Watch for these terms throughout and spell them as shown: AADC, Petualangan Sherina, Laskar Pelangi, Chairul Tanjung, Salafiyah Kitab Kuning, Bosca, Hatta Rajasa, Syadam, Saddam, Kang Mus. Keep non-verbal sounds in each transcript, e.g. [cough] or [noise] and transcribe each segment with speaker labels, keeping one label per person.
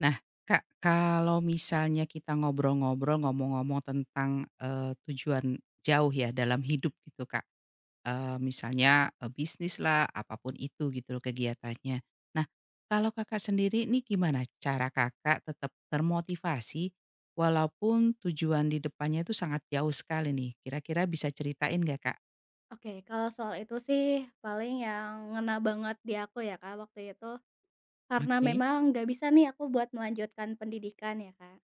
Speaker 1: Nah, Kak, kalau misalnya kita ngobrol-ngobrol, ngomong-ngomong tentang, eee, tujuan jauh ya dalam hidup gitu, Kak, misalnya, bisnis lah apapun itu gitu loh kegiatannya. Nah, kalau Kakak sendiri nih gimana cara Kakak tetap termotivasi walaupun tujuan di depannya itu sangat jauh sekali nih? Kira-kira bisa ceritain nggak, Kak?
Speaker 2: Oke, kalau soal itu sih paling yang ngena banget di aku ya Kak, waktu itu karena
Speaker 1: Oke.
Speaker 2: memang nggak bisa nih aku buat melanjutkan pendidikan ya Kak,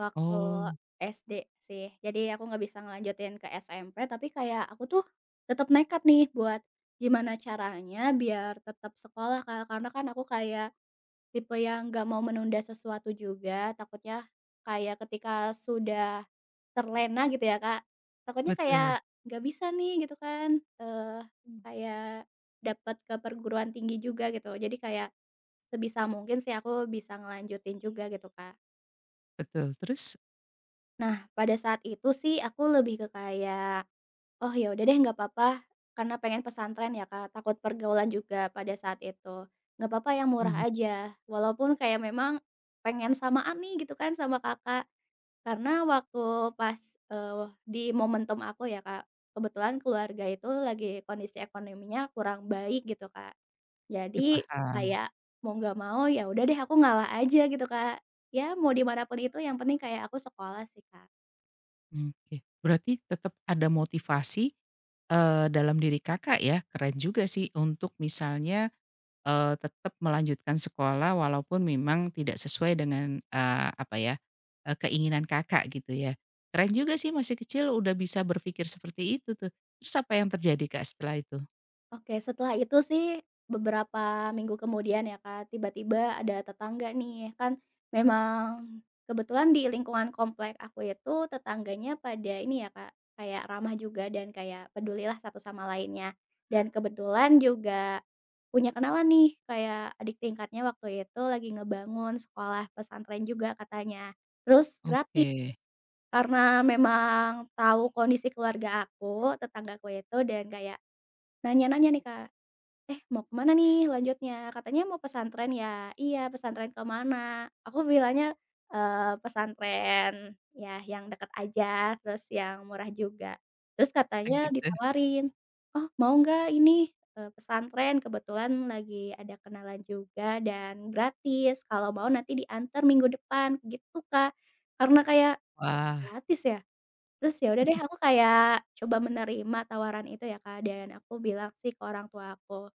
Speaker 2: waktu
Speaker 1: Oh,
Speaker 2: SD sih. Jadi aku nggak bisa ngelanjutin ke SMP, tapi kayak aku tuh tetap nekat nih buat gimana caranya biar tetap sekolah Kak, karena kan aku kayak tipe yang nggak mau menunda sesuatu juga, takutnya kayak ketika sudah terlena gitu ya, Kak, takutnya kayak
Speaker 1: betul.
Speaker 2: nggak bisa nih gitu kan, kayak dapat ke perguruan tinggi juga gitu. Jadi kayak sebisa mungkin sih aku bisa ngelanjutin juga gitu, Kak.
Speaker 1: Betul, terus?
Speaker 2: Nah, pada saat itu sih aku lebih ke kayak oh ya udah deh nggak papa, karena pengen pesantren ya Kak, takut pergaulan juga pada saat itu. Nggak papa yang murah
Speaker 1: Mhm,
Speaker 2: aja, walaupun kayak memang pengen samaan nih gitu kan sama Kakak, karena waktu pas, di momentum aku ya Kak, kebetulan keluarga itu lagi kondisi ekonominya kurang baik gitu Kak.
Speaker 1: oke,
Speaker 2: Jadi
Speaker 1: paham.
Speaker 2: kayak mau nggak mau ya udah deh aku ngalah aja gitu Kak, ya mau di mana pun itu yang penting kayak aku sekolah sih Kak.
Speaker 1: Oke. Berarti tetap ada motivasi, dalam diri Kakak ya, keren juga sih untuk misalnya, tetap melanjutkan sekolah walaupun memang tidak sesuai dengan, apa ya, keinginan Kakak gitu ya. Keren juga sih masih kecil udah bisa berpikir seperti itu tuh. Terus apa yang terjadi Kak setelah itu?
Speaker 2: Oke, setelah itu sih beberapa minggu kemudian ya, Kak, tiba-tiba ada tetangga nih, kan memang kebetulan di lingkungan komplek aku itu tetangganya pada ini ya, Kak, kayak ramah juga dan kayak pedulilah satu sama lainnya. Dan kebetulan juga punya kenalan nih, kayak adik tingkatnya waktu itu lagi ngebangun sekolah pesantren juga katanya. Terus
Speaker 1: Oke.
Speaker 2: gratis karena memang tahu kondisi keluarga aku, tetanggaku itu dan kayak nanya-nanya nih, Kak. "Eh, mau kemana nih lanjutnya?" Katanya, "Mau pesantren ya?" "Iya, pesantren kemana aku bilangnya, pesantren ya yang deket aja, terus yang murah juga." Terus katanya
Speaker 1: Gitu.
Speaker 2: ditawarin, "Oh, mau nggak ini, pesantren kebetulan lagi ada kenalan juga dan gratis, kalau mau nanti diantar minggu depan." Gitu, Kak. Karena kayak, "Oh,
Speaker 1: Wah.
Speaker 2: gratis ya? Terus ya udah deh aku kayak coba menerima tawaran itu ya Kak, dan aku bilang sih ke orang tua aku.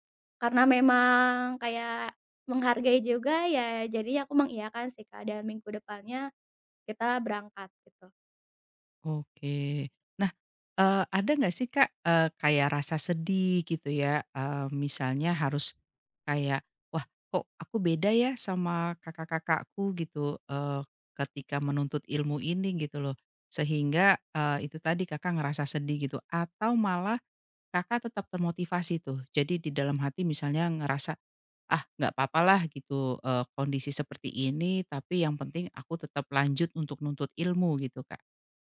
Speaker 2: Karena memang kayak menghargai juga ya. Jadi aku mengiyakan sih Kak, dan minggu depannya kita berangkat gitu.
Speaker 1: Oke. Nah, ada nggak sih, Kak, kayak rasa sedih gitu ya, misalnya harus kayak, "Wah, kok aku beda ya sama kakak-kakakku?" gitu, ketika menuntut ilmu ini gitu loh, sehingga, itu tadi Kakak ngerasa sedih gitu, atau malah Kakak tetap termotivasi tuh? Jadi di dalam hati misalnya ngerasa, "Ah, nggak papalah gitu, kondisi seperti ini, tapi yang penting aku tetap lanjut untuk nuntut ilmu," gitu,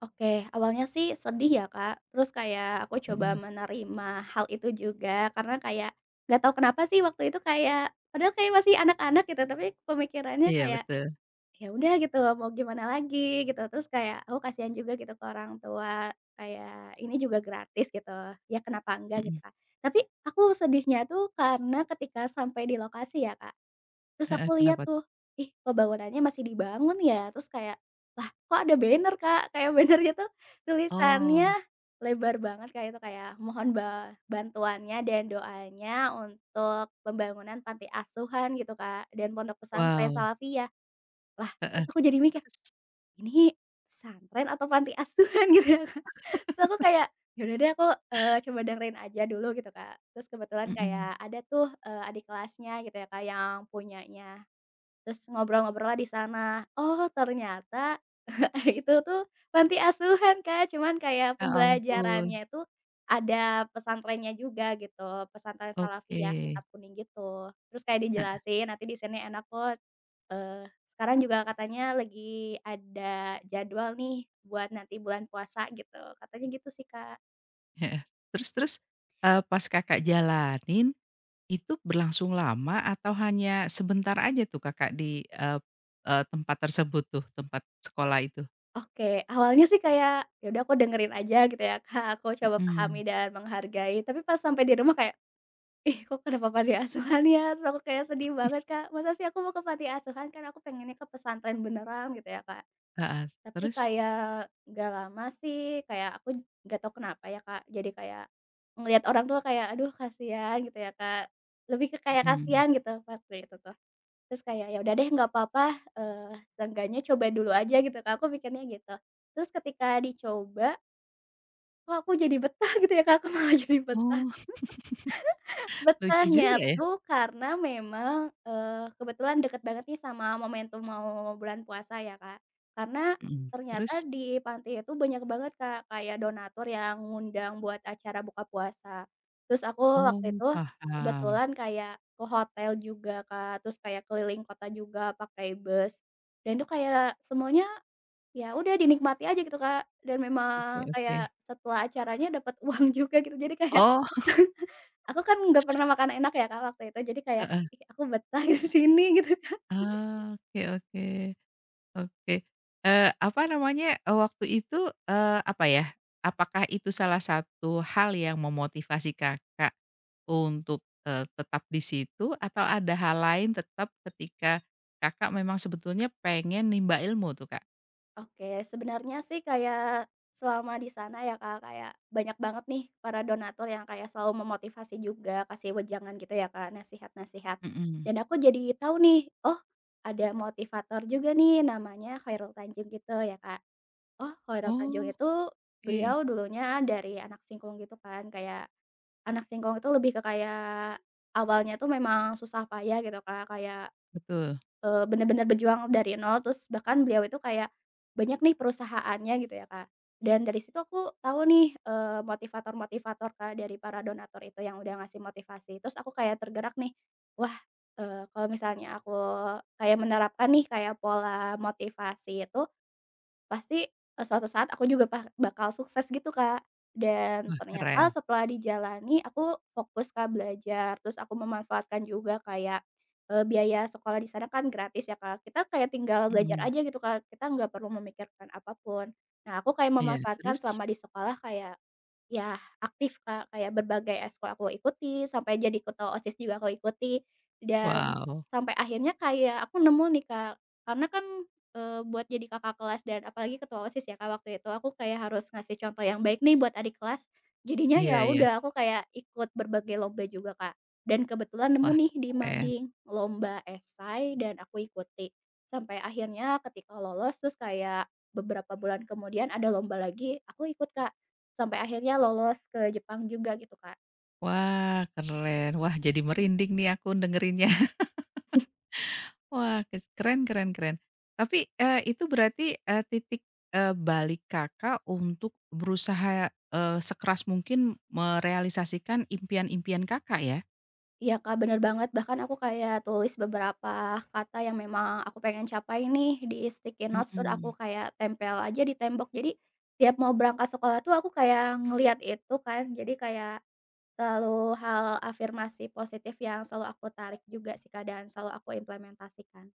Speaker 2: Oke, awalnya sih sedih ya Kak, terus kayak aku coba
Speaker 1: Kak?
Speaker 2: menerima hal itu juga karena kayak nggak tahu kenapa sih waktu itu kayak padahal kayak masih anak-anak gitu, tapi pemikirannya
Speaker 1: Iya
Speaker 2: kayak
Speaker 1: betul,
Speaker 2: ya udah gitu, mau gimana lagi gitu, terus kayak aku kasihan juga gitu ke orang tua, kayak ini juga gratis gitu, ya kenapa enggak gitu,
Speaker 1: mhm,
Speaker 2: Kak. Tapi aku sedihnya tuh karena ketika sampai di lokasi ya, Kak, terus aku
Speaker 1: heeh,
Speaker 2: lihat
Speaker 1: kenapa
Speaker 2: tuh,
Speaker 1: tuh?
Speaker 2: ih kok bangunannya masih dibangun ya, terus kayak, lah kok ada banner, Kak, kayak [laughs] bannernya tuh
Speaker 1: Oh,
Speaker 2: tulisannya lebar banget kayak itu kayak mohon ba bantuannya dan doanya untuk pembangunan panti asuhan gitu, Kak, dan pondok pesantren
Speaker 1: wow,
Speaker 2: Salafiyah. Lah,
Speaker 1: heeh,
Speaker 2: terus aku jadi mikir,
Speaker 1: terus?
Speaker 2: ini pesantren atau panti asuhan [laughs] gitu ya Kak. Terus aku kayak, ya udah deh aku, coba dengerin aja dulu gitu Kak. Terus kebetulan
Speaker 1: Mhm,
Speaker 2: kayak ada tuh, adik kelasnya gitu ya Kak yang punyanya, terus ngobrol-ngobrol lah di sana. Oh ternyata [laughs] ah, itu tuh panti asuhan, Kak, cuman kayak
Speaker 1: ya ampun,
Speaker 2: pembelajarannya itu ada pesantrennya juga gitu, pesantren
Speaker 1: oke,
Speaker 2: Salafiyah Kitab Kuning gitu. Terus kayak
Speaker 1: heeh
Speaker 2: dijelasin, "Nanti di sini enak kok, eee, sekarang juga katanya lagi ada jadwal nih buat nanti bulan puasa," gitu, katanya gitu sih, Kak.
Speaker 1: heeh, terus terus, pas Kakak jalanin, itu berlangsung lama atau hanya sebentar aja tuh Kakak di, eee eee, tempat tersebut tuh, tempat sekolah itu?
Speaker 2: Oke, awalnya sih kayak, ya udah aku dengerin aja gitu ya, Kak, aku coba pahami
Speaker 1: Mhm,
Speaker 2: dan menghargai, tapi pas sampai di rumah kayak ih, kok kenapa panti asuhan ya? Terus aku kayak sedih banget, Kak, masa sih aku mau ke panti asuhan, kan aku pengennya ke pesantren beneran gitu ya, Kak.
Speaker 1: heeh,
Speaker 2: Tapi
Speaker 1: terus?
Speaker 2: kayak nggak lama sih, kayak aku nggak tahu kenapa ya, Kak, jadi kayak ngelihat orang tua kayak, aduh kasihan gitu ya, Kak, lebih ke kayak
Speaker 1: Mhm,
Speaker 2: kasihan gitu waktu itu tuh. Terus kayak, ya udah deh nggak apa-apa, seenggaknya coba dulu aja gitu, Kak, aku mikirnya gitu. Terus ketika dicoba, kok aku jadi betah [laughs] gitu ya, Kak, aku malah [laughs] jadi betah.
Speaker 1: oh, lucu
Speaker 2: Betahnya
Speaker 1: juga ya,
Speaker 2: tuh karena memang, kebetulan deket banget nih sama momentum mau bulan puasa ya, Kak. Karena
Speaker 1: mhm,
Speaker 2: ternyata
Speaker 1: terus?
Speaker 2: di panti itu banyak banget, Kak, kayak donatur yang ngundang buat acara buka puasa. Terus aku
Speaker 1: Oh,
Speaker 2: waktu itu
Speaker 1: paham,
Speaker 2: kebetulan kayak ke hotel juga, Kak, terus kayak keliling kota juga pakai bus. Dan itu kayak semuanya ya udah dinikmati aja gitu, Kak, dan
Speaker 1: oke
Speaker 2: memang
Speaker 1: oke,
Speaker 2: kayak setelah acaranya dapat [laughs] uang juga gitu, jadi kayak
Speaker 1: oh,
Speaker 2: aku kan nggak pernah makan enak ya, Kak, waktu itu, jadi kayak,
Speaker 1: heeh,
Speaker 2: "Ih, aku betah di [laughs] sini," gitu.
Speaker 1: Ah, oke oke. Oke, apa namanya, waktu itu, apa ya, apakah itu salah satu hal yang memotivasi Kakak untuk, tetap di situ atau ada hal lain tetap ketika Kakak memang sebetulnya pengen nimba ilmu tuh, Kak?
Speaker 2: Oke, sebenarnya sih kayak selama di sana ya, Kak, kayak banyak banget nih para donatur yang kayak selalu memotivasi juga, kasih wejangan gitu ya, Kak, nasihat-nasihat.
Speaker 1: Mhm.
Speaker 2: Dan aku jadi tahu nih, oh, ada motivator juga nih namanya Chairul Tanjung gitu ya, Kak. Oh, Chairul Tanjung
Speaker 1: Oke,
Speaker 2: itu beliau dulunya dari anak singkong gitu kan, kayak anak singkong itu lebih ke kayak awalnya tuh memang susah payah gitu, Kak, kayak
Speaker 1: betul.
Speaker 2: Bener-bener berjuang dari nol, terus bahkan beliau itu kayak banyak nih perusahaannya gitu ya, Kak. Dan dari situ aku tahu nih, motivator-motivator, Kak, dari para donatur itu yang udah ngasih motivasi. Terus aku kayak tergerak nih, wah, kalau misalnya aku kayak menerapkan nih kayak pola motivasi itu, pasti, suatu saat aku juga pa bakal sukses gitu, Kak. Dan
Speaker 1: Wah,
Speaker 2: ternyata
Speaker 1: keren.
Speaker 2: setelah dijalani aku fokus, Kak, belajar, terus aku memanfaatkan juga kayak, biaya sekolah di sana kan gratis ya, Kak. Kita kayak tinggal belajar
Speaker 1: Mhm.
Speaker 2: aja gitu, Kak, kita nggak perlu memikirkan apapun. Nah, aku kayak
Speaker 1: Iya,
Speaker 2: memanfaatkan
Speaker 1: terus?
Speaker 2: selama di sekolah kayak ya aktif Kak, kayak berbagai eskul aku ikuti, sampai jadi ketua OSIS juga aku ikuti, dan
Speaker 1: Wow,
Speaker 2: sampai akhirnya kayak aku nemu nih Kak, karena kan, buat jadi kakak kelas dan apalagi ketua OSIS ya Kak waktu itu, aku kayak harus ngasih contoh yang baik nih buat adik kelas, jadinya
Speaker 1: iya
Speaker 2: ya
Speaker 1: iya.
Speaker 2: udah aku kayak ikut berbagai lomba juga Kak, dan kebetulan nemu
Speaker 1: Wah,
Speaker 2: nih di
Speaker 1: keren.
Speaker 2: Mading, lomba esai dan aku ikuti. Sampai akhirnya ketika lolos, terus kayak beberapa bulan kemudian ada lomba lagi, aku ikut Kak. Sampai akhirnya lolos ke Jepang juga gitu, Kak.
Speaker 1: Wah, keren. Wah, jadi merinding nih aku dengerinnya. Wah, keren keren keren. Tapi, itu berarti, titik, balik Kakak untuk berusaha, sekeras mungkin merealisasikan impian-impian Kakak ya?
Speaker 2: Iya, Kak, bener banget, bahkan aku kayak tulis beberapa kata yang memang aku pengen capai nih di sticky notes, terus aku
Speaker 1: Mhm.
Speaker 2: kayak tempel aja di tembok. Jadi, tiap mau berangkat sekolah tuh aku kayak ngeliat itu kan, jadi kayak selalu hal afirmasi positif yang selalu aku tarik juga sih, Kak, dan selalu aku implementasikan.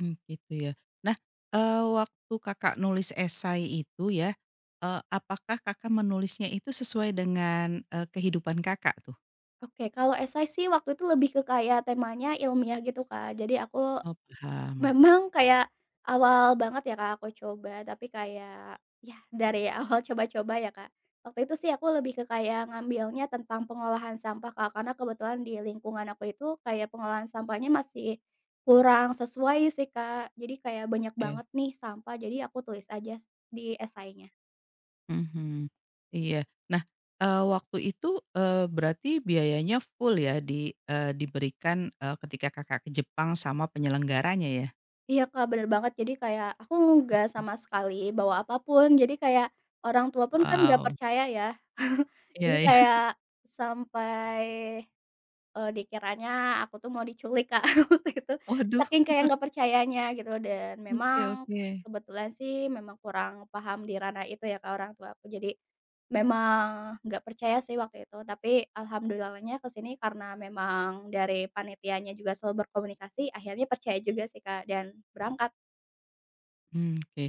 Speaker 1: Mmm, gitu ya. Nah, waktu Kakak nulis esai itu ya, apakah Kakak menulisnya itu sesuai dengan, kehidupan Kakak tuh?
Speaker 2: Oke, kalau esai sih waktu itu lebih ke kayak temanya ilmiah gitu, Kak. Jadi aku
Speaker 1: Oh, paham.
Speaker 2: memang kayak awal banget ya, Kak, aku coba, tapi kayak ya dari [laughs] awal coba-coba ya, Kak. Waktu itu sih aku lebih ke kayak ngambilnya tentang pengolahan sampah, Kak, karena kebetulan di lingkungan aku itu kayak pengolahan sampahnya masih kurang sesuai sih, Kak. Jadi kayak banyak
Speaker 1: Oke.
Speaker 2: banget nih sampah, jadi aku tulis aja s di esainya.
Speaker 1: Mhm, iya. Nah, waktu itu, berarti biayanya full ya di diberikan, ketika Kakak ke Jepang sama penyelenggaranya ya?
Speaker 2: Iya, Kak, bener banget. Jadi kayak aku nggak sama sekali bawa apapun jadi kayak orang tua pun kan nggak
Speaker 1: Wow,
Speaker 2: percaya ya. [laughs]
Speaker 1: iya
Speaker 2: Jadi
Speaker 1: iya. [laughs]
Speaker 2: kayak sampai dikiranya aku tuh mau diculik, Kak, [laughs] waktu itu.
Speaker 1: Waduh,
Speaker 2: Saking kayak nggak percayanya gitu dan
Speaker 1: oke
Speaker 2: memang
Speaker 1: oke.
Speaker 2: kebetulan sih memang kurang paham di ranah itu ya, Kak, orang tua aku. Jadi memang nggak percaya sih waktu itu, tapi alhamdulillahnya kesini karena memang dari panitianya juga selalu berkomunikasi, akhirnya percaya juga sih, Kak, dan berangkat.
Speaker 1: Mmm, oke.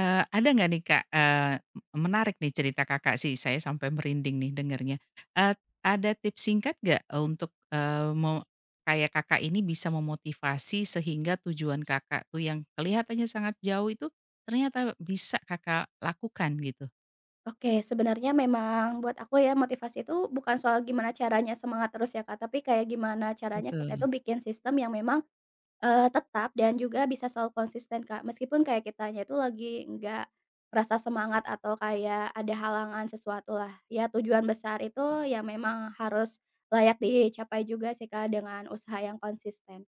Speaker 1: Ada nggak nih Kak, menarik nih cerita Kakak sih, saya sampai merinding nih dengernya. Eee, ada tips singkat nggak eh, untuk, kayak Kakak ini bisa memotivasi sehingga tujuan Kakak tuh yang kelihatannya sangat jauh itu ternyata bisa Kakak lakukan gitu?
Speaker 2: Oke, sebenarnya memang buat aku ya motivasi itu bukan soal gimana caranya semangat terus ya, Kak, tapi kayak gimana caranya kita itu
Speaker 1: Betul.
Speaker 2: bikin sistem yang memang tetap dan juga bisa selalu konsisten, Kak. Meskipun kayak kitanya itu lagi nggak merasa semangat atau kayak ada halangan sesuatu lah. Ya tujuan besar itu ya memang harus layak dicapai juga sih, Kak, dengan usaha yang konsisten.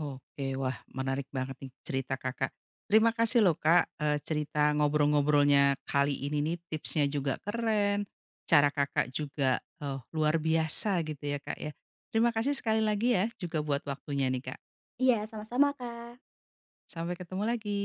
Speaker 1: Oke, wah menarik banget nih cerita Kakak. Terima kasih loh Kak, cerita ngobrol-ngobrolnya kali ini nih tipsnya juga keren, cara Kakak juga, luar biasa gitu ya Kak ya. Terima kasih sekali lagi ya juga buat waktunya nih Kak.
Speaker 2: Iya, sama-sama, Kak.
Speaker 1: Sampai ketemu lagi.